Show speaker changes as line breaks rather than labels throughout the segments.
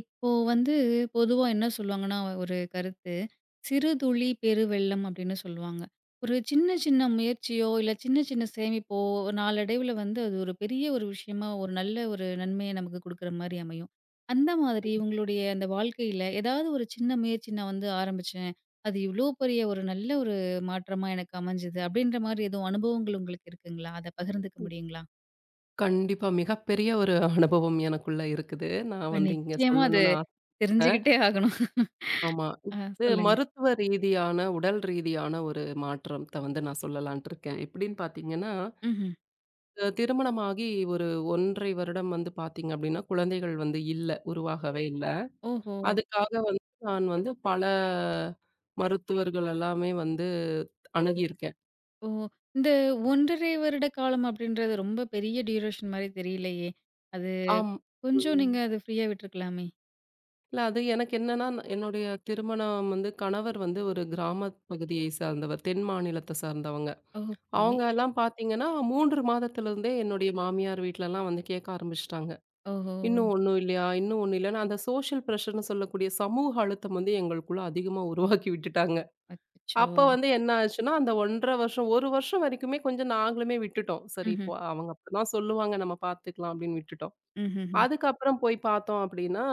இப்போ வந்து பொதுவா என்ன சொல்லுவாங்கன்னா, ஒரு கருத்து. "சிறு துளி பெருவெள்ளம்" அப்படின்னு சொல்லுவாங்க. ஒரு சின்ன சின்ன முயற்சியோ, இல்ல சின்ன சின்ன சேமிப்போ, நாளடைவுல வந்து அது ஒரு பெரிய ஒரு விஷயமா, ஒரு நல்ல ஒரு நன்மைய நமக்கு குடுக்குற மாரி அமையும். அந்த மாதிரி உங்களுடைய அந்த வாழ்க்கையில ஏதாவது ஒரு சின்ன முயற்சி நான் வந்து ஆரம்பிச்சேன். அது இவ்ளோ பெரிய ஒரு நல்ல ஒரு மாற்றமா எனக்கு அமைஞ்சது. அப்படின்ற மாரி எதுவும் அனுபவங்கள் உங்களுக்கு இருக்குங்களா? அத பகிர்ந்துக்க
ம்.
முடியுங்களா?
கண்டிப்பா. மிகப்பெரிய ஒரு அனுபவம் எனக்குள்ள இருக்குது. நான்
இப்ப
வந்து இங்க
நிச்சயமா அது
சொல்லணும்னு ஆசை.
தெரிஞ்சுகிட்டே ஆகணும்.
ஆமா.
ஆ
இது
சொல்லுங்க.
மருத்துவ ரீதியான, உடல் ரீதியான ஒரு மாற்றத்த வந்து நான் சொல்லலான்ட்டு இருக்கேன். எப்படின்னு பார்த்தீங்கன்னா,
ம்ஹ்ம்.
திருமணமாகி ஒரு 1 1/2 வருடம் வந்து பார்த்தீங்க அப்படின்னா, குழந்தைகள் வந்து இல்ல. உருவாகவே இல்ல.
ஓஹோ!
அதுக்காக வந்து நான் வந்து பல மருத்துவர்கள் எல்லாமே வந்து அணுகியிருக்கேன்.
ஓ! இந்த 1 1/2 வருட காலம் அப்படின்றது ரொம்ப பெரிய டியூரேஷன் மாரி தெரியலையே! அது
ஆம்.
கொஞ்சம்
ம்.
நீங்க அது ஃப்ரீயா விட்டுருக்கலாமே!
இல்ல, அது எனக்கு என்னன்னா, நான் என்னுடைய திருமணம் வந்து கணவர் வந்து ஒரு கிராம பகுதியை சார்ந்தவர். தென் மாநிலத்த சார்ந்தவங்க.
ஓகே.
அவங்க எல்லாம் பார்த்தீங்கன்னா, 3 மாதத்திலிருந்தே என்னுடைய மாமியார் வீட்லலாம் வந்து கேட்க ஆரம்பிச்சுட்டாங்க.
ஓஹோ!
"இன்னும் ஒண்ணும் இல்லையா? இன்னும் ஒண்ணும் இல்லையா?" அந்த சோஷியல் பிரஷர்ன்னு சொல்லக்கூடிய சமூக அழுத்தம் வந்து எங்களுக்குள்ள அதிகமா உருவாக்கி விட்டுட்டாங்க.
அச்சச்சோ!
அப்ப வந்து என்ன ஆச்சுன்னா, அந்த 1 1/2 வருஷம், 1 வருஷம் வரைக்குமே கொஞ்சம் நாங்களுமே விட்டுட்டோம். "சரி
ம்ஹ்ம்.
இப்போ அவங்க அப்பதான் சொல்லுவாங்க, நம்ம பார்த்துக்கலாம்" அப்படின்னு விட்டுட்டோம்.
ம்ஹ்ஹ்ம்.
அதுக்கப்புறம் போய் பார்த்தோம் அப்படின்னா,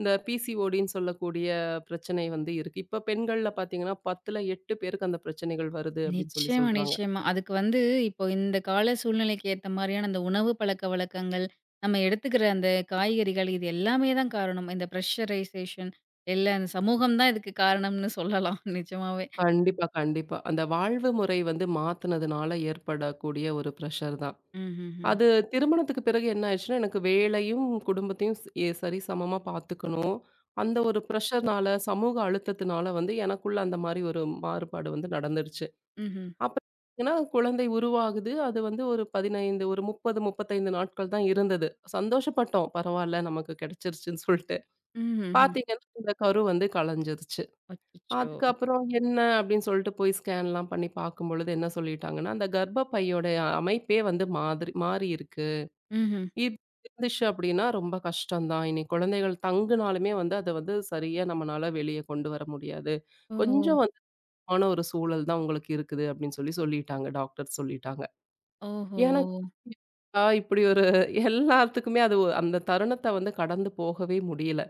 இந்த பிசிஓடின்னு சொல்லக்கூடிய பிரச்சனை வந்து இருக்கு. இப்ப பெண்கள்ல பார்த்தீங்கன்னா, 10ல 8 பேருக்கு அந்த பிரச்சனைகள் வருது அப்படின்னு சொல்லி
நிச்சயமா,
சொல்றாங்க.
நிச்சயமா. அதுக்கு வந்து இப்போ இந்த கால சூழ்நிலைக்கு ஏத்த மாரியான அந்த உணவு பழக்கவழக்கங்கள், நம்ம எடுத்துக்கிற அந்த காய்கறிகள் இது எல்லாமே தான் காரணம். இந்த பிரஷரைசேஷன் எல்லா அந்த சமூகம் தான் இதுக்கு காரணம்னு சொல்லலாம் நிஜமாவே.
கண்டிப்பா, கண்டிப்பா. அந்த வாழ்வு முறை வந்து மாத்துனதுனால ஏற்படக்கூடிய ஒரு பிரஷர் தான்.
ம்ஹ்ஹ்ம்.
அது திருமணத்துக்கு பிறகு என்ன ஆயிடுச்சுன்னா, எனக்கு வேலையும், குடும்பத்தையும் ஸ் எ சரிசமமா பார்த்துக்கணும். அந்த ஒரு பிரஷர்னால, சமூக அழுத்தத்தினால வந்து எனக்குள்ள அந்த மாரி ஒரு மாறுபாடு வந்து நடந்துருச்சு.
ம்ஹ்ம்.
அப்ப பார்த்தீங்கன்னா, குழந்தை உருவாகுது. அது வந்து ஒரு 15 ஒரு 30, 35 நாட்கள் தான் இருந்தது. சந்தோஷப்பட்டோம். பரவால்ல நமக்கு கிடைச்சிருச்சுன்னு சொல்ட்டு.
ம்ஹ்ஹ்ம்.
பார்த்தீங்கன்னா, இந்த கரு வந்து கலஞ்சிருச்சு.
அச்சச்சோ!
அதுக்கப்புறம் என்ன அப்படின்னு சொல்லிட்டு போய் ஸ்கேன்லாம் பண்ணி பார்க்கும்பொழுது என்ன சொல்லிட்டாங்கன்னா, அந்த கர்ப்பப்பையோடைய அமைப்பே வந்து மாதிரி மாறி இருக்கு.
ம்ஹ்ம்.
இது இருந்துச்சு அப்படின்னா ரொம்ப கஷ்டம் தான். இனி குழந்தைகள் தங்குனாலுமே வந்து அத வந்து சரியா நம்மனால வெளிய கொண்டு வர முடியாது.
ஓ!
கொஞ்சம் வந்து ஆன ஒரு சூழல் தான் உங்களுக்கு இருக்குது அப்படின்னு சொல்லி சொல்லிட்டாங்க. டாக்டர் சொல்லிட்டாங்க.
ஓஹோ!
ஏன்னா இப்படி ஒரு எல்லாத்துக்குமே அது அந்த தருணத்த வந்து கடந்து போகவே முடியல.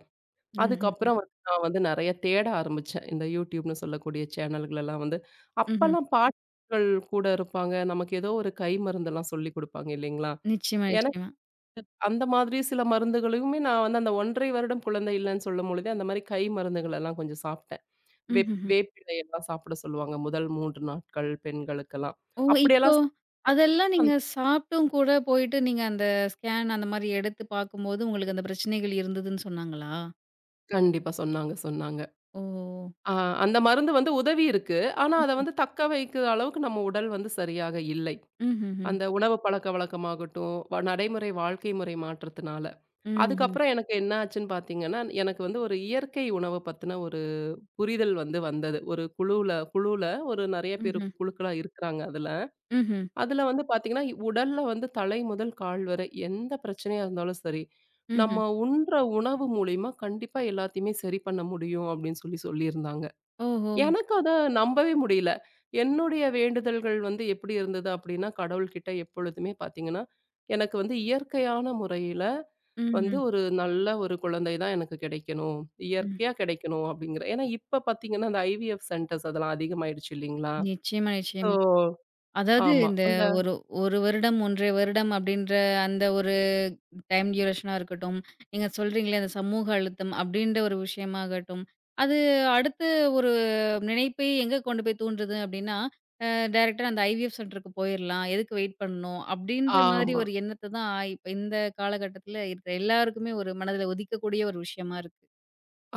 ம்ஹ்ஹ்ம்.
அதுக்கப்புறம் வந்து நான் வந்து நெறைய தேட ஆரம்பிச்சேன். இந்த YouTubeன்னு சொல்லக்கூடிய சேனல்களெல்லாம் வந்து
ம்ஹ்ம்.
அப்பலாம் பாட்டுகள் கூட இருப்பாங்க. நமக்கு ஏதோ ஒரு கை மருந்தெல்லாம் சொல்லிக் குடுப்பாங்க இல்லைங்களா?
நிச்சயமா,
எனக்கு
நிச்சயமா.
அந்த மாதிரி சில மருந்துகளையுமே நான் வந்து அந்த 1 1/2 வருடம் குழந்தை இல்லன்னு சொல்லும்பொழுதே, அந்த மாரி கை மருந்துகள் எல்லாம் கொஞ்சம் சாப்பிட்டேன்.
ம்ஹ்ஹ்ம்.
வேப்பிலை எல்லாம் சாப்பிட சொல்லுவாங்க. முதல் 3 நாட்கள் பெண்களுக்கெல்லாம்.
ஓ! இப்போ
அப்படியெல்லாம்
அதெல்லாம் நீங்க சாப்பிட்டும் கூட போயிட்டு நீங்க அந்த ஸ்கேன் அந்த மாரி எடுத்து பார்க்கும்போது, உங்களுக்கு அந்த பிரச்சனைகள் இருந்ததுன்னு சொன்னாங்களா?
கண்டிப்பா சொன்னாங்க, சொன்னாங்க.
ஓ!
ஆ அந்த மருந்து வந்து உதவி இருக்கு. ஆனா, அத வந்து தக்க வைக்கிற அளவுக்கு நம்ம உடல் வந்து சரியாக இல்லை.
ம்ஹ்ஹ்ம்.
அந்த உணவு பழக்கவழக்கமாகட்டும், நடைமுறை வாழ்க்கை முறை மாற்றத்தினால.
ம்ஹ்ம்.
அதுக்கப்புறம் எனக்கு என்ன ஆச்சுன்னு பார்த்தீங்கன்னா, எனக்கு வந்து ஒரு இயற்கை உணவு பத்தின ஒரு புரிதல் வந்து வந்தது. ஒரு குழுவுல குழுவுல ஒரு நெறைய பேரு
ம்ஹ்ம்.
குழுக்களா இருக்கிறாங்க அதுல.
ம்ஹ்ம்.
அதுல வந்து பார்த்தீங்கன்னா, உடல்ல வந்து தலை முதல் கால் வரை எந்த பிரச்சனையா இருந்தாலும் சரி,
ம்ஹ்ம்.
நம்ம உண்ற உணவு மூலியமா கண்டிப்பா எல்லாத்தையுமே சரி பண்ண முடியும் அப்படின்னு சொல்லி சொல்லியிருந்தாங்க.
ஓஹோ!
எனக்கு அத நம்பவே முடியல. என்னுடைய வேண்டுதல்கள் வந்து எப்படி இருந்தது அப்படின்னா, கடவுள்கிட்ட எப்பொழுதுமே பார்த்தீங்கன்னா, எனக்கு வந்து இயற்கையான முறையில வந்து
ம்ஹ்ம்.
ஒரு நல்ல ஒரு குழந்தை தான் எனக்கு கிடைக்கணும்.
ம்.
இயற்கையா கிடைக்கணும் அப்படிங்கிற ஏன்னா இப்ப பார்த்தீங்கன்னா, அந்த ஐவிஎஃப் சென்டர்ஸ் அதெல்லாம் அதிகமாயிடுச்சு இல்லைங்களா?
நிச்சயமா,
ஸோ
நிச்சயமா. அதாவது
ஆமா.
இந்த
அந்த
ஒரு 1 வருடம், 1 1/2 வருடம் அப்படின்ற அந்த ஒரு டைம் டியூரேஷனா இருக்கட்டும், நீங்க சொல்றீங்களே அந்த சமூக அழுத்தம் அப்படின்ற ஒரு விஷயமாகட்டும், அது அடுத்து ஒரு நினைப்பை எங்க கொண்டு போய் தூண்டுது அப்படின்னா, அ டைரக்ட்டா அந்த ஐவிஎஃப் சென்டருக்கு போயிரலாம். எதுக்கு வெயிட் பண்ணணும்? அப்படின்ற மாதிரி
ஆமா.
ஒரு எண்ணத்த தான் இப்ப இந்த காலகட்டத்தில இருக்கிற எல்லாருக்குமே ஒரு மனதில உதிக்கக்கூடிய ஒரு விஷயமா இருக்கு.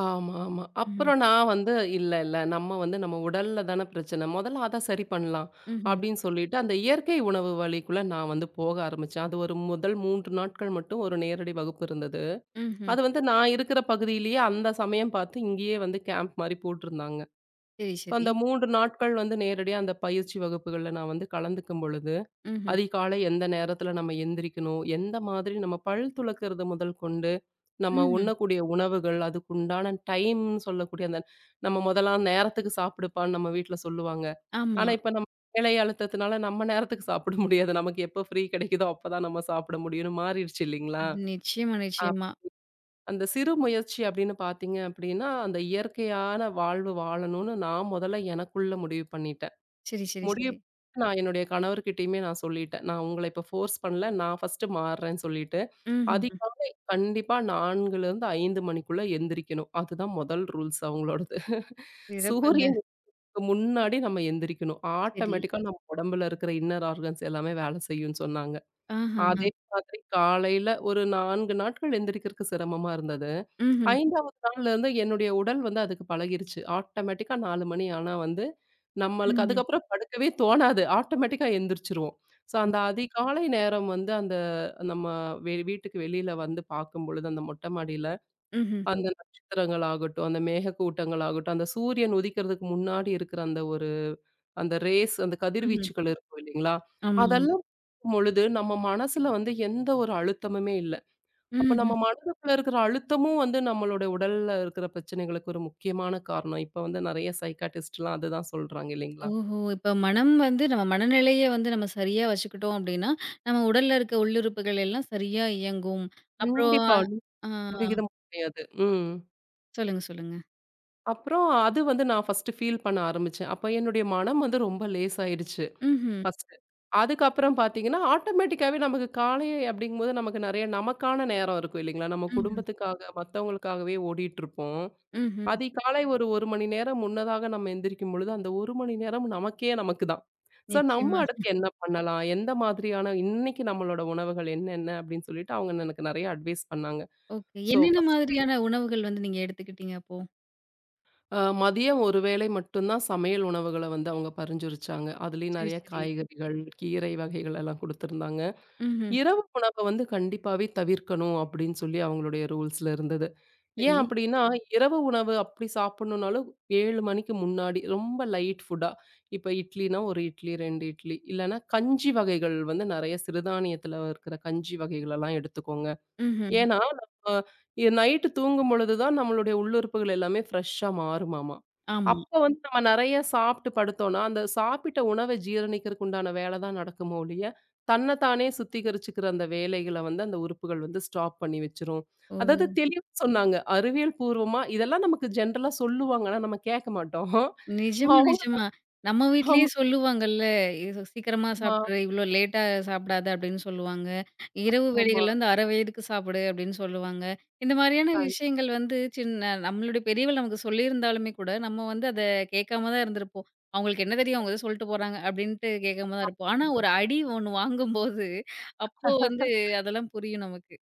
ஆமா, ஆமா.
ம்ஹ்ம்.
அப்புறம் நான் வந்து இல்ல, இல்ல. நம்ம வந்து நம்ம உடல்ல தான பிரச்சனை. முதல்ல அத சரி பண்ணலாம்.
ம்ஹ்ம்.
அப்படின்னு சொல்லிட்டு அந்த இயற்கை உணவு வழிக்குள்ள நான் வந்து போக ஆரம்பிச்சேன். அது ஒரு முதல் 3 நாட்கள் மட்டும் ஒரு நேரடி வகுப்பு இருந்தது.
ம்ஹ்ம்.
அது வந்து நான் இருக்கிற பகுதியிலேயே அந்த சமயம் பார்த்து இங்கேயே வந்து கேம்ப் மாரி போட்டிருந்தாங்க.
சரி,
ஸோ
சரி.
அந்த 3 நாட்கள் வந்து நேரடியா அந்த பயிற்சி வகுப்புகள்ல நான் வந்து கலந்துக்கும் பொழுது
ம்ஹ்ம்.
அதிகாலை எந்த நேரத்துல நம்ம எந்திரிக்கணும்? எந்த மாதிரி நம்ம பல் துலக்கிறது முதல் கொண்டு, நம்ம
ம்ஹ்ம்.
உண்ணக்கூடிய உணவுகள், அதுக்கு உண்டான டைம்ன்னு சொல்லக்கூடிய அந்த நம்ம முதலாம் நேரத்துக்கு சாப்பிடுப்பான்னு நம்ம வீட்ல சொல்லுவாங்க.
ஆமா.
ஆனா, இப்ப நம்ம வேலை அழுத்தத்தினால நம்ம நேரத்துக்கு சாப்பிட முடியாது. நமக்கு எப்ப ஃப்ரீ கிடைக்குதோ அப்பதான் நம்ம சாப்பிட முடியும்னு மாறிடுச்சு இல்லைங்களா?
நிச்சயமா,
ஆ.
நிச்சயமா.
அந்த சிறு முயற்சி அப்படின்னு பார்த்தீங்க அப்படின்னா, அந்த இயற்கையான வாழ்வு வாழணும்னு நான் முதல்ல எனக்குள்ள முடிவு பண்ணிட்டேன்.
சரி, சரி,
முடிவு
சரி.
பண்ணி நான் என்னுடைய கணவர்கிட்டயுமே நான் சொல்லிட்டேன். நான் உங்கள இப்ப ஃபோர்ஸ் பண்ணல. நான் ஃபர்ஸ்ட்டு மாறுறேன்னு சொல்லிட்டு,
ம்ஹ்ஹ்ம்.
அதிகாலை கண்டிப்பா 4:00லேருந்து 5:00 மணிக்குள்ள எந்திரிக்கணும். அதுதான் முதல் ரூல்ஸ் அவங்களோடது.
சிறப்புங்க.
சூரியனுக்கு முன்னாடி நம்ம எந்திரிக்கணும்.
சரி.
ஆட்டோமேட்டிக்கா நம்ம உடம்புல இருக்கிற இன்னர் ஆர்கன்ஸ் எல்லாமே வேலை செய்யும்னு சொன்னாங்க.
ஆஹஹ.
அதே மாதிரி காலையில ஒரு 4 நாட்கள் எந்திரிக்கிறதுக்கு சிரமமா இருந்தது.
ம்ஹ்ம்.
5வது நாள்லருந்து என்னுடைய உடல் வந்து அதுக்கு பழகிருச்சு. ஆட்டோமேட்டிக்கா 4 மணி ஆனா வந்து, நம்மளுக்கு
ம்ஹ்ம்.
அதுக்கப்புறம் படுக்கவே தோணாது. ஆட்டோமேட்டிக்கா எந்திரிச்சுருவோம். ஸோ அந்த அதிகாலை நேரம் வந்து அந்த நம்ம வீட்டுக்கு வெளியில வந்து பார்க்கும்பொழுது, அந்த மொட்டை மாடியில
ம்ஹ்ம்.
அந்த நட்சத்திரங்கள் ஆகட்டும், அந்த மேகக்கூட்டங்கள் ஆகட்டும், அந்த சூரியன் உதிக்கிறதுக்கு முன்னாடி இருக்கிற அந்த ஒரு அந்த ரேஸ், அந்த
ம்ஹ்ம்.
கதிர்வீச்சுகள் இருக்கும் இல்லைங்களா?
ஆமாமா.
அதெல்லாம் பார்க்கும் பொழுது நம்ம மனசுல வந்து எந்த ஒரு அழுத்தமுமே இல்ல. அப்ப
ம்ஹ்ம்.
நம்ம மனதுக்குள்ள இருக்கிற அழுத்தமும் வந்து நம்மளுடைய உடல்ல இருக்கிற பிரச்சனைகளுக்கு ஒரு முக்கியமான காரணம். இப்ப வந்து நெறைய சைக்காட்டிஸ்ட்லாம் அதுதான் சொல்றாங்க இல்லைங்களா?
ஓஹோ! இப்ப மனம் வந்து நம்ம மனநிலைய வந்து நம்ம சரியா வச்சுக்கிட்டோம் அப்டின்னா, நம்ம உடல்ல இருக்க உள்ளுறுப்புகள் எல்லாம் சரியா இயங்கும். அப்புறம்
கண்டிப்பா.
ஆ
100% கிடையாது.
சொல்லுங்க, சொல்லுங்க.
அப்புறம் அது வந்து நான் ஃபர்ஸ்ட்டு ஃபீல் பண்ண ஆரம்பிச்சேன். அப்ப என்னுடைய மனம் வந்து ரொம்ப லேசாயிடுச்சு
ம்ஹ்ம்.
ஃபர்ஸ்ட்டு. அதுக்கப்புறம் பார்த்தீங்கன்னா, ஆட்டோமேட்டிக்காவே நமக்கு காலை அப்படிங்கும்போது நமக்கு நெறைய நமக்கான நேரம் இருக்கும் இல்லைங்களா? நம்ம
ம்ஹ்ம்.
குடும்பத்துக்காக, மத்தவங்களுக்காகவே ஓடிட்டுருப்போம்.
ம்ஹ்ம்.
அதிகாலை ஒரு 1 மணி நேரம் முன்னதாக நம்ம எந்திரிக்கும் பொழுது, அந்த 1 மணி நேரம் நமக்கே நமக்கு தான். ஸோ நம்ம
நிச்சயமா.
அடுத்து என்ன பண்ணலாம்? எந்த மாதிரியான இன்னைக்கு நம்மளோட உணவுகள் என்னென்ன அப்படின்னு சொல்லிட்டு அவங்க எனக்கு நெறைய அட்வைஸ் பண்ணாங்க.
ஓகே.
ஸோ
என்னென்ன
ஃபர்ஸ்ட்டு
மாதிரியான உணவுகள் வந்து நீங்க எடுத்துக்கிட்டீங்க அப்போ?
மதியம் ஒரு வேளை மட்டும் தான் சமையல் உணவுகள வந்து அவங்க பரிந்துரைச்சாங்க. அதுலயும்
சரி,
நெறைய
சரி.
காய்கறிகள், கீரை வகைகள் எல்லாம் குடுத்திருந்தாங்க.
ம்ஹ்ம்.
இரவு உணவ வந்து கண்டிப்பாவே தவிர்க்கணும் அப்படின்னு சொல்லி அவங்களுடைய ரூல்ஸ்ல இருந்தது. ஏன்
சரி.
அப்படின்னா, இரவு உணவு அப்படி சாப்பிடணும்னாலும் 7 மணிக்கு முன்னாடி ரொம்ப லைட் ஃபுட்டா, இப்ப இட்லினா 1 இட்லி, 2 இட்லி, இல்லன்னா கஞ்சி வகைகள் வந்து நெறைய சிறுதானியத்துல இருக்கிற கஞ்சி வகைகளெல்லாம் எடுத்துக்கோங்க.
ம்ஹ்ம்.
ஏன்னா, நம்ம நைட்டு தூங்கும் பொழுது தான் நம்மளுடைய உள்ளுறுப்புகள் எல்லாமே ஃப்ரெஷ்ஷா மாறுமாமா.
ஆமா.
அப்ப வந்து நம்ம நெறைய சாப்பிட்டு படுத்தோம்னா, அந்த சாப்பிட்ட உணவ ஜீரணிக்கிறக்கு உண்டான வேல தான் நடக்குமோ ஒழிய, தன்ன தானே சுத்திகரிச்சுக்கிற அந்த வேலைகள வந்து அந்த உறுப்புகள் வந்து ஸ்டாப் பண்ணி வச்சுரும்.
ஓ!
அதாவது தெளிவா சொன்னாங்க. அறிவியல் பூர்வமா இதெல்லாம் நமக்கு ஜென்ரலா சொல்லுவாங்க. ஆனா நம்ம கேட்க மாட்டோம்.
நிஜமா,
அவங்க
நிஜமா. நம்ம வீட்லயே
ஆமா,
சொல்லுவாங்கல்ல, "இது சீக்கிரமா
ஆமா,
சாப்பிட்ரு, இவ்ளோ லேட்டா சாப்பிடாத" அப்படின்னு சொல்லுவாங்க. "இரவு
ஆமா.
வேளைகள்ல வந்து அரை வயதுக்கு சாப்பிடு" அப்படின்னு சொல்லுவாங்க. இந்த மாரியான
கண்டிப்பா.
விஷயங்கள் வந்து சின்ன நம்மளுடைய பெரியவள் நமக்கு சொல்லியிருந்தாலுமே கூட, நம்ம வந்து அத கேட்காம தான் இருந்திருப்போம். "அவங்களுக்கு என்ன தெரியும்? அவங்க ஏதோ சொல்லிட்டு போறாங்க" அப்படின்ட்டு கேட்காம தான் இருப்போம். ஆனா, ஒரு அடி ஒண்ணு வாங்கும்போது, அப்போ வந்து அதெல்லாம் புரியும் நமக்கு.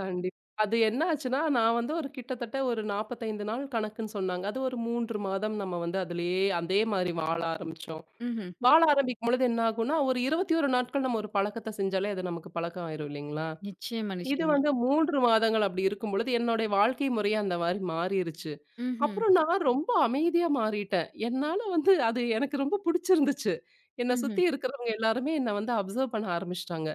கண்டிப்பா. அது என்ன ஆச்சுன்னா, நான் வந்து ஒரு கிட்டத்தட்ட ஒரு 45 நாள் கணக்குன்னு சொன்னாங்க. அது ஒரு 3 மாதம் நம்ம வந்து அதிலேயே அதே மாரி வாழ ஆரம்பிச்சோம்.
ம்ஹ்ம்.
வாழ ஆரம்பிக்கும்பொழுது என்ன ஆகும்னா, ஒரு 21 நாட்கள் நம்ம ஒரு பழக்கத்த செஞ்சாலே அது நமக்கு பழக்கம் ஆயிரும் இல்லைங்களா?
நிச்சயமா,
இது
நிச்சயமா.
வந்து 3 மாதங்கள் அப்படி இருக்கும்பொழுது என்னுடைய வாழ்க்கை முறையே அந்த மாரி மாறிருச்சு.
ம்ஹ்ம்.
அப்புறம் நான் ரொம்ப அமைதியா மாறிட்டேன். என்னால வந்து அது எனக்கு ரொம்ப புடிச்சிருந்துச்சு. என்ன சுத்தி
ம்ஹ்ம்.
இருக்கிறவங்க எல்லாருமே என்ன வந்து அப்சர்வ் பண்ண ஆரம்பிச்சுட்டாங்க.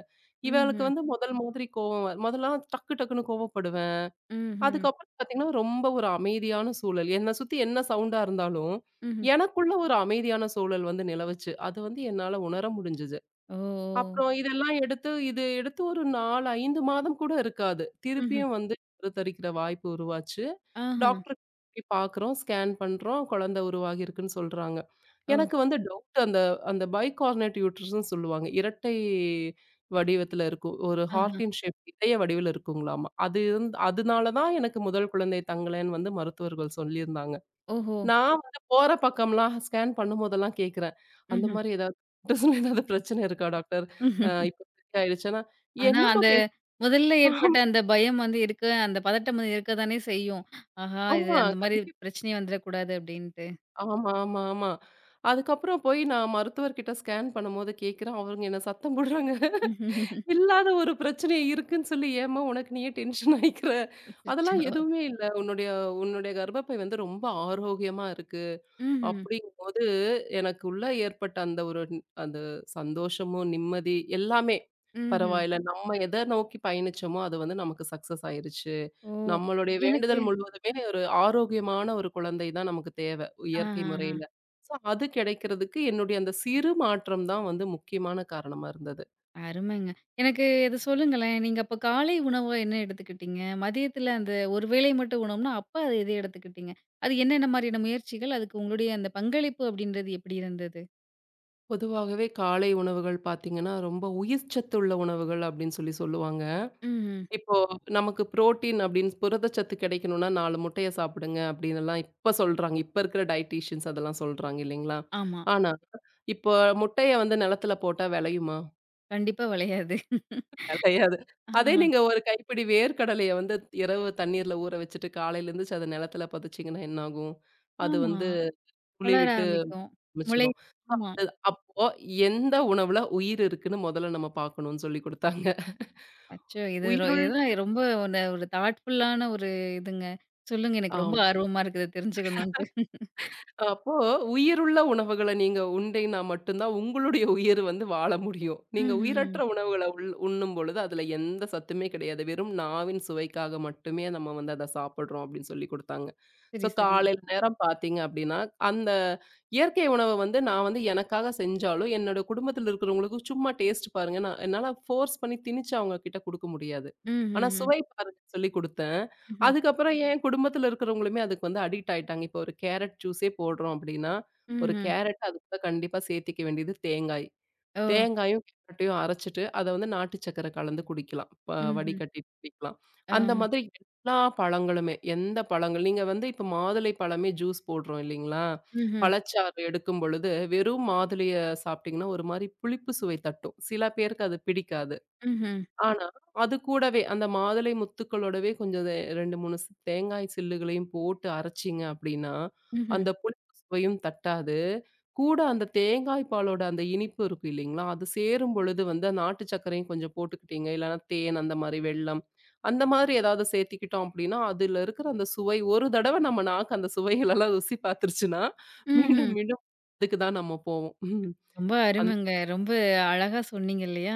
இவளுக்கு
ம்ஹ்ம்.
வந்து முதல் மாதிரி கோவம் முதல்லாம் டக்கு டக்குன்னு கோவப்படுவேன்.
ம்ஹ்ம். ம்ஹ்ம்.
அதுக்கப்புறம் பார்த்தீங்கன்னா, ரொம்ப ஒரு அமைதியான சூழல். என்ன சுத்தி என்ன சவுண்டா இருந்தாலும்,
ம்ஹ்ம்.
எனக்குள்ள ஒரு அமைதியான சூழல் வந்து நிலவுச்சு. அது வந்து என்னால உணர முடிஞ்சது.
ஓ! ஓ!
அப்புறம் இதெல்லாம் எடுத்து இது எடுத்து ஒரு 4, 5 மாதம் கூட இருக்காது.
ம்ஹ்ம்.
திருப்பியும் வந்து கருத்தரிக்கிற வாய்ப்பு உருவாச்சு.
ஆஹா!
டாக்டர் போய் பார்க்குறோம், ஸ்கேன் பண்றோம். குழந்தை உருவாகியிருக்குன்னு சொல்றாங்க.
ஓ!
எனக்கு வந்து டவுட் அந்த அந்த பைகார்னேட் யூட்ரஸ்ன்னு சொல்லுவாங்க. இரட்டை வடிவத்துல இருக்கும். ஒரு
ஆஹா!
ஹார்ட்டின் ஷேப் இதய வடிவில் இருக்குங்களாமா. அது இருந் அதனால தான் எனக்கு முதல் குழந்தை தங்கலைன்னு வந்து மருத்துவர்கள் சொல்லியிருந்தாங்க.
ஓஹோ!
நான் வந்து போற பக்கம்லாம் ஸ்கேன் பண்ணும்போதெல்லாம் கேட்கிறேன். அந்த
ம்ஹ்ம்.
மாரி ஏதாவது டாக்டர்ஸ்ல ஏதாவது பிரச்சனை இருக்கா டாக்டர்?
ம்ஹ்ம்.
இப்ப சரியாயிடுச்சுன்னா,
ஆனா,
என்னம்மா
அந்த
பேசு
முதல்ல ஏற்பட்ட அந்த பயம் வந்து இருக்க, அந்த பதட்டம் வந்து இருக்க தானே செய்யும். ஆஹா! இது
ஆமா,
அந்த மாரி
கண்டிப்பா.
பிரச்சனை வந்துறக்கூடாது அப்டின்ட்டு.
ஆமா, ஆமா, ஆமா. அதுக்கப்புறம் போய் நான் மருத்துவர்கிட்ட ஸ்கேன் பண்ணும்போது கேட்கிறேன். அவங்க என்ன சத்தம் போடுறாங்க. இல்லாத ஒரு பிரச்சனை இருக்குன்னு சொல்லி ஏம்மா உனக்கு நீயே டென்ஷன் ஆயிக்கிற? அதெல்லாம்
அச்சச்சோ!
எதுவுமே இல்ல. உன்னுடைய உன்னுடைய கர்ப்பப்பை வந்து ரொம்ப ஆரோக்கியமா இருக்கு.
ம்ஹ்ம்.
அப்படிங்கும்போது, எனக்கு உள்ள ஏற்பட்ட அந்த ஒரு அந்த சந்தோஷமும், நிம்மதி எல்லாமே
ம்ஹ்ம்.
பரவாயில்ல. நம்ம எத நோக்கி பயணிச்சோமோ, அது வந்து நமக்கு சக்சஸ் ஆயிருச்சு.
ஓ!
நம்மளுடைய
எனக்கு
வேண்டுதல் முழுவதுமே ஒரு ஆரோக்கியமான ஒரு குழந்தை தான் நமக்கு தேவை, இயற்கை
ஆஹாஹா!
முறையில. ஸோ அது கிடைக்கிறதுக்கு என்னுடைய அந்த சிறு மாற்றம் தான் வந்து முக்கியமான காரணமா இருந்தது.
அருமைங்க. எனக்கு இத சொல்லுங்களேன். நீங்க அப்ப காலை உணவா என்ன எடுத்துக்கிட்டீங்க? மதியத்தில அந்த ஒரு வேளை மட்டும் உணவுனா, அப்ப அது எத எடுத்துக்கிட்டீங்க? அது என்னென்ன மாரியான முயற்சிகள்? அதுக்கு உங்களுடைய அந்த பங்களிப்பு அப்டின்றது எப்டி இருந்தது?
பொதுவாகவே காலை உணவுகள் பார்த்தீங்கன்னா, ரொம்ப உயிர்ச்சத்துள்ள உணவுகள் அப்படின்னு சொல்லி சொல்லுவாங்க.
ம்ஹ்ம்.
இப்போ நமக்கு புரோட்டீன் அப்படின்னு புரதச்சத்து கிடைக்கணும்னா 4 முட்டைய சாப்பிடுங்க அப்படின்னுலாம் இப்ப சொல்றாங்க. இப்ப இருக்கிற டயட்டீஷியன்ஸ் அதெல்லாம் சொல்றாங்க இல்லைங்களா?
ஆமா.
ஆனா, இப்போ முட்டைய வந்து நிலத்துல போட்டா விளையுமா?
கண்டிப்பா விளையாது.
விளையாது.
ஆ,
அதே நீங்க ஒரு கைப்பிடி வேர்க்கடலைய வந்து இரவு தண்ணீர்ல ஊற வச்சுட்டு காலையில எந்திரிச்சு அத நிலத்துல புதைச்சீங்கன்னா என்ன ஆகும்? அது
ஆமா.
வந்து துளி
வளர
விட்டு
ஆரம்பிக்கும். முளை
முளைச்சிரும்.
ஆமா.
அது அப்போ எந்த உணவுல உயிர் இருக்குன்னு முதல்ல நம்ம பார்க்கணும்னு சொல்லிக் குடுத்தாங்க.
அச்சோ! இது ரொ
உயிருள்
இதுதான் ரொம்ப ஒரு ஒரு தாட்ஃபுல்லான ஒரு இதுங்க. சொல்லுங்க
ஆ.
எனக்கு ரொம்ப ஆர்வமா இருக்குது தெரிஞ்சுக்கணுன்ட்டு.
அப்போ உயிருள்ள உணவுகள நீங்க உண்டினா மட்டும் தான் உங்களுடைய உயிர் வந்து வாழ முடியும். நீங்க
ம்ஹ்ம்.
உயிரற்ற உணவுகள உண்ணும் பொழுது அதுல எந்த சத்துமே கிடையாது. வெறும் நாவின் சுவைக்காக மட்டுமே நம்ம வந்து அத சாப்பிடுறோம் அப்படின்னு சொல்லி குடுத்தாங்க. ஸோ
சரி, சரி.
காலையில நேரம் பார்த்தீங்க அப்படின்னா, அந்த இயற்கை உணவ வந்து நான் வந்து எனக்காக செஞ்சாலும், என்னோட குடும்பத்தில இருக்கிறவங்களுக்கு சும்மா டேஸ்ட் பாருங்க நான் என்னால ஃபோர்ஸ் பண்ணி திணிச்சு அவங்க கிட்ட குடுக்க முடியாது. ஆனா
ம்ஹ்ஹ்ம்.
சுவை பாருங்க சொல்லி குடுத்தேன்.
ம்ஹ்ம்.
அதுக்கப்புறம் என் குடும்பத்துல இருக்கிறவங்களுமே அதுக்கு வந்து அடிக்ட் ஆயிட்டாங்க. இப்போ ஒரு கேரட் ஜூஸே போடுறோம் அப்படின்னா, ஒரு
ம்ஹ்ம்.
கேரட் அது கூட கண்டிப்பா சேர்த்திக்க வேண்டியது தேங்காய்.
ஓ!
தேங்காயும், கேரட்டையும் அரைச்சுட்டு, அத வந்து நாட்டு சர்க்கரை கலந்து குடிக்கலாம்.
ம்ஹ்ம்.
வடிகட்டி குடிக்கலாம்.
ஆ.
அந்த மாதிரி எல்லா பழங்களுமே, எந்த பழங்கள் நீங்க வந்து இப்போ மாதுளை பழமே ஜூஸ் போடுறோம் இல்லைங்களா?
ம்ஹ்ம்.
பழச்சாறு எடுக்கும் பொழுது, வெறும் மாதுளைய சாப்பிட்டீங்கன்னா, ஒரு மாரி புளிப்பு சுவை தட்டும். சில பேருக்கு அது பிடிக்காது.
ம்ஹ்ம்.
ஆனா, அது கூடவே அந்த மாதுளை முத்துக்களோடவே கொஞ்சம் 2, 3 தேங்காய் சில்லுகளையும் போட்டு அரைச்சீங்க அப்படின்னா,
ம்ஹ்ம்.
அந்த புளிப்பு சுவையும் தட்டாது. கூட அந்த தேங்காய் பாலோட அந்த இனிப்பு இருக்கு இல்லைங்களா? அது சேரும் பொழுது வந்து நாட்டு சர்க்கரையும் கொஞ்சம் போட்டுக்கிட்டீங்க, இல்லன்னா தேன் அந்த மாரி வெல்லம், அந்த மாதிரி ஏதாவது சேர்த்திக்கிட்டோம் அப்படின்னா, அதுல இருக்கிற அந்த சுவை ஒரு தடவ நம்ம நாக்கு அந்த சுவைகளெல்லாம் ருசி பார்த்துருச்சுன்னா,
ம்ஹ்ம்.
மீண்டும் மீண்டும் அதுக்கு தான் நம்ம போவோம்.
ரொம்ப
உம்.
அருமைங்க. ரொம்ப அழகா சொன்னீங்க இல்லையா?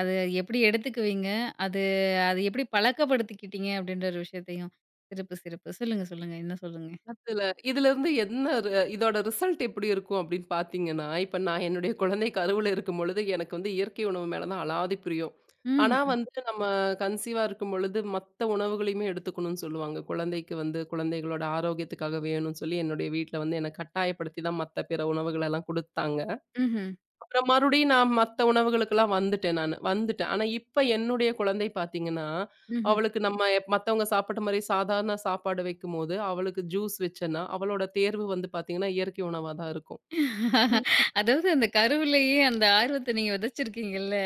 அது எப்படி எடுத்துக்குவீங்க? அது அது எப்படி பழக்கப்படுத்திக்கிட்டீங்க? அப்படின்ற ஒரு விஷயத்தையும். சிறப்பு, சிறப்பு. சொல்லுங்க, சொல்லுங்க. இன்னும் சொல்லுங்க.
அதுல இதிலிருந்து என்ன ரு இதோட ரிசல்ட் எப்படி இருக்கும் அப்படின்னு பார்த்தீங்கன்னா, இப்ப நான் என்னுடைய குழந்தை கருவுல இருக்கும்பொழுது, எனக்கு வந்து இயற்கை உணவு மேல தான் அலாதி பிரியம். ஆனா
ம்ஹ்ம்.
வந்து நம்ம கன்சீவா இருக்கும்பொழுது, மத்த உணவுகளையுமே எடுத்துக்கணும்னு சொல்லுவாங்க. குழந்தைக்கு வந்து குழந்தைகளோட ஆரோக்கியத்துக்காக வேணும்னு சொல்லி, என்னுடைய வீட்ல வந்து என்ன கட்டாயப்படுத்தி தான் மத்த பிற உணவுகளெல்லாம் குடுத்தாங்க.
ம்ஹ்ம்.
அப்புறம் மறுபடியும் நான் மத்த உணவுகளுக்கெல்லாம் வந்துட்டேன் நானு. வந்துட்டேன். ஆனா, இப்ப என்னுடைய குழந்தை பார்த்தீங்கன்னா,
ம்ஹ்ம்.
அவளுக்கு நம்ம மத்தவங்க சாப்பிட்ட மாரி சாதாரண சாப்பாடு வைக்கும்போது, அவளுக்கு ஜூஸ் வச்சேன்னா, அவளோட தேர்வு வந்து பார்த்தீங்கன்னா, இயற்கை உணவா தான் இருக்கும்.
அதாவது அந்த கருவிலேயே அந்த ஆர்வத்த நீங்க விதைச்சிருக்கீங்கல்ல.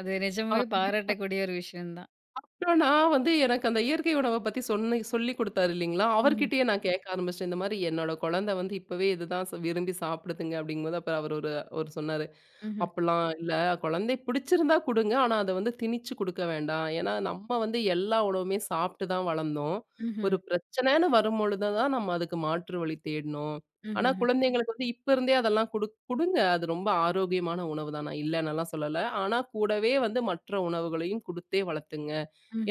அது
அ
நிஜமாவே பாராட்டக்கூடிய ஒரு விஷயம் தான்.
அப்புறம் நான் வந்து எனக்கு அந்த இயற்கை உணவ பத்தி சொல்லிக் குடுத்தாரு இல்லீங்களா?
ம்ஹ்ம்.
அவர்கிட்டயே நான் கேட்க ஆரம்பிச்சுட்டேன். இந்த மாரி என்னோட குழந்தை வந்து இப்பவே இதுதான் விரும்பி சாப்பிடுதுங்க அப்படிங்கும்போது, அப்புறம் அவரு ஒரு அவரு சொன்னாரு.
ம்ஹ்ம்.
அப்பல்லாம் இல்ல. குழந்தை பிடிச்சிருந்தா குடுங்க. ஆனா, அத வந்து திணிச்சு குடுக்க வேண்டாம். ஏன்னா, நம்ம வந்து எல்லா உணவுமே சாப்பிட்டு தான் வளர்ந்தோம்.
ம்ஹ்ம்.
ஒரு பிரச்சனைன்னு வரும்பொழுது தான் நம்ம அதுக்கு மாற்று வழி தேடணும். ஆனா,
ம்ஹ்ஹ்ம்.
குழந்தைங்களுக்கு வந்து இப்ப இருந்தே அதெல்லாம் குடுங்க. அது ரொம்ப ஆரோக்கியமான உணவு தான். நான் இல்லன்னுலாம் சொல்லல. ஆனா, கூடவே வந்து மற்ற உணவுகளையும் குடுத்தே வளர்த்துங்க.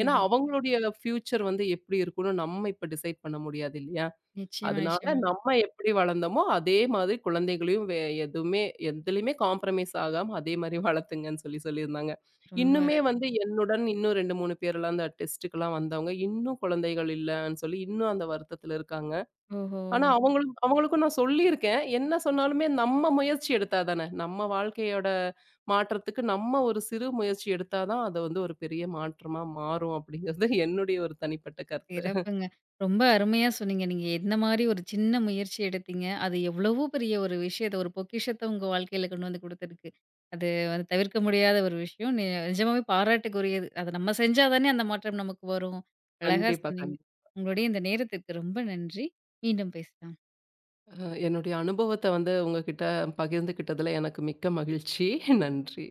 ஏன்னா, அவங்களுடைய ஃபியூச்சர் வந்து எப்படி இருக்கும்னு நம்ம இப்ப டிசைட் பண்ண முடியாது இல்லையா?
நிச்சயமா,
அதனால
நிச்சயமா.
நம்ம எப்படி வளர்ந்தோமோ, அதே மாதிரி குழந்தைகளையும் வே எதுவுமே எதுலயுமே காம்ப்ரமைஸ் ஆகாம அதே மாரி வளர்த்துங்கன்னு சொல்லி சொல்லியிருந்தாங்க.
ரொம்ப
இன்னுமே
அழகு.
வந்து என்னுடன் இன்னும் 2, 3 பேர்லாம் அந்த டெஸ்ட்டுக்குலாம் வந்தவங்க, இன்னும் குழந்தைகள் இல்லன்னு சொல்லி இன்னும் அந்த வருத்தத்துல இருக்காங்க.
ஓஹோ!
ஆனா அவங்களும் அவங்களுக்கும் நான் சொல்லியிருக்கேன். என்ன சொன்னாலுமே நம்ம முயற்சி எடுத்தா தானே, நம்ம வாழ்க்கையோட மாற்றத்துக்கு நம்ம ஒரு சிறு முயற்சி எடுத்தா தான், அது வந்து ஒரு பெரிய மாற்றமா மாறும் அப்படிங்கிறது என்னுடைய ஒரு தனிப்பட்ட கருத்து.
சிறப்புங்க. ரொம்ப அருமையா சொன்னீங்க. நீங்க எந்த மாரி ஒரு சின்ன முயற்சி எடுத்தீங்க. அது எவ்வளவோ பெரிய ஒரு விஷயத்த, ஒரு பொக்கிஷத்த உங்க வாழ்க்கையில கொண்டு வந்து குடுத்துருக்கு. அது வந்து தவிர்க்க முடியாத ஒரு விஷயம். நிஜமாவே பாராட்டுக்குரியது. அத நம்ம செஞ்சா தானே அந்த மாற்றம் நமக்கு வரும். அழகா
கண்டிப்பா,
சொன்னீங்க.
கண்டிப்பா.
உங்களுடைய இந்த நேரத்திற்கு ரொம்ப நன்றி. மீண்டும் பேசலாம்.
என்னுடைய அனுபவத்த வந்து உங்ககிட்ட பகிர்ந்துக்கிட்டதுல எனக்கு மிக்க மகிழ்ச்சி. நன்றி.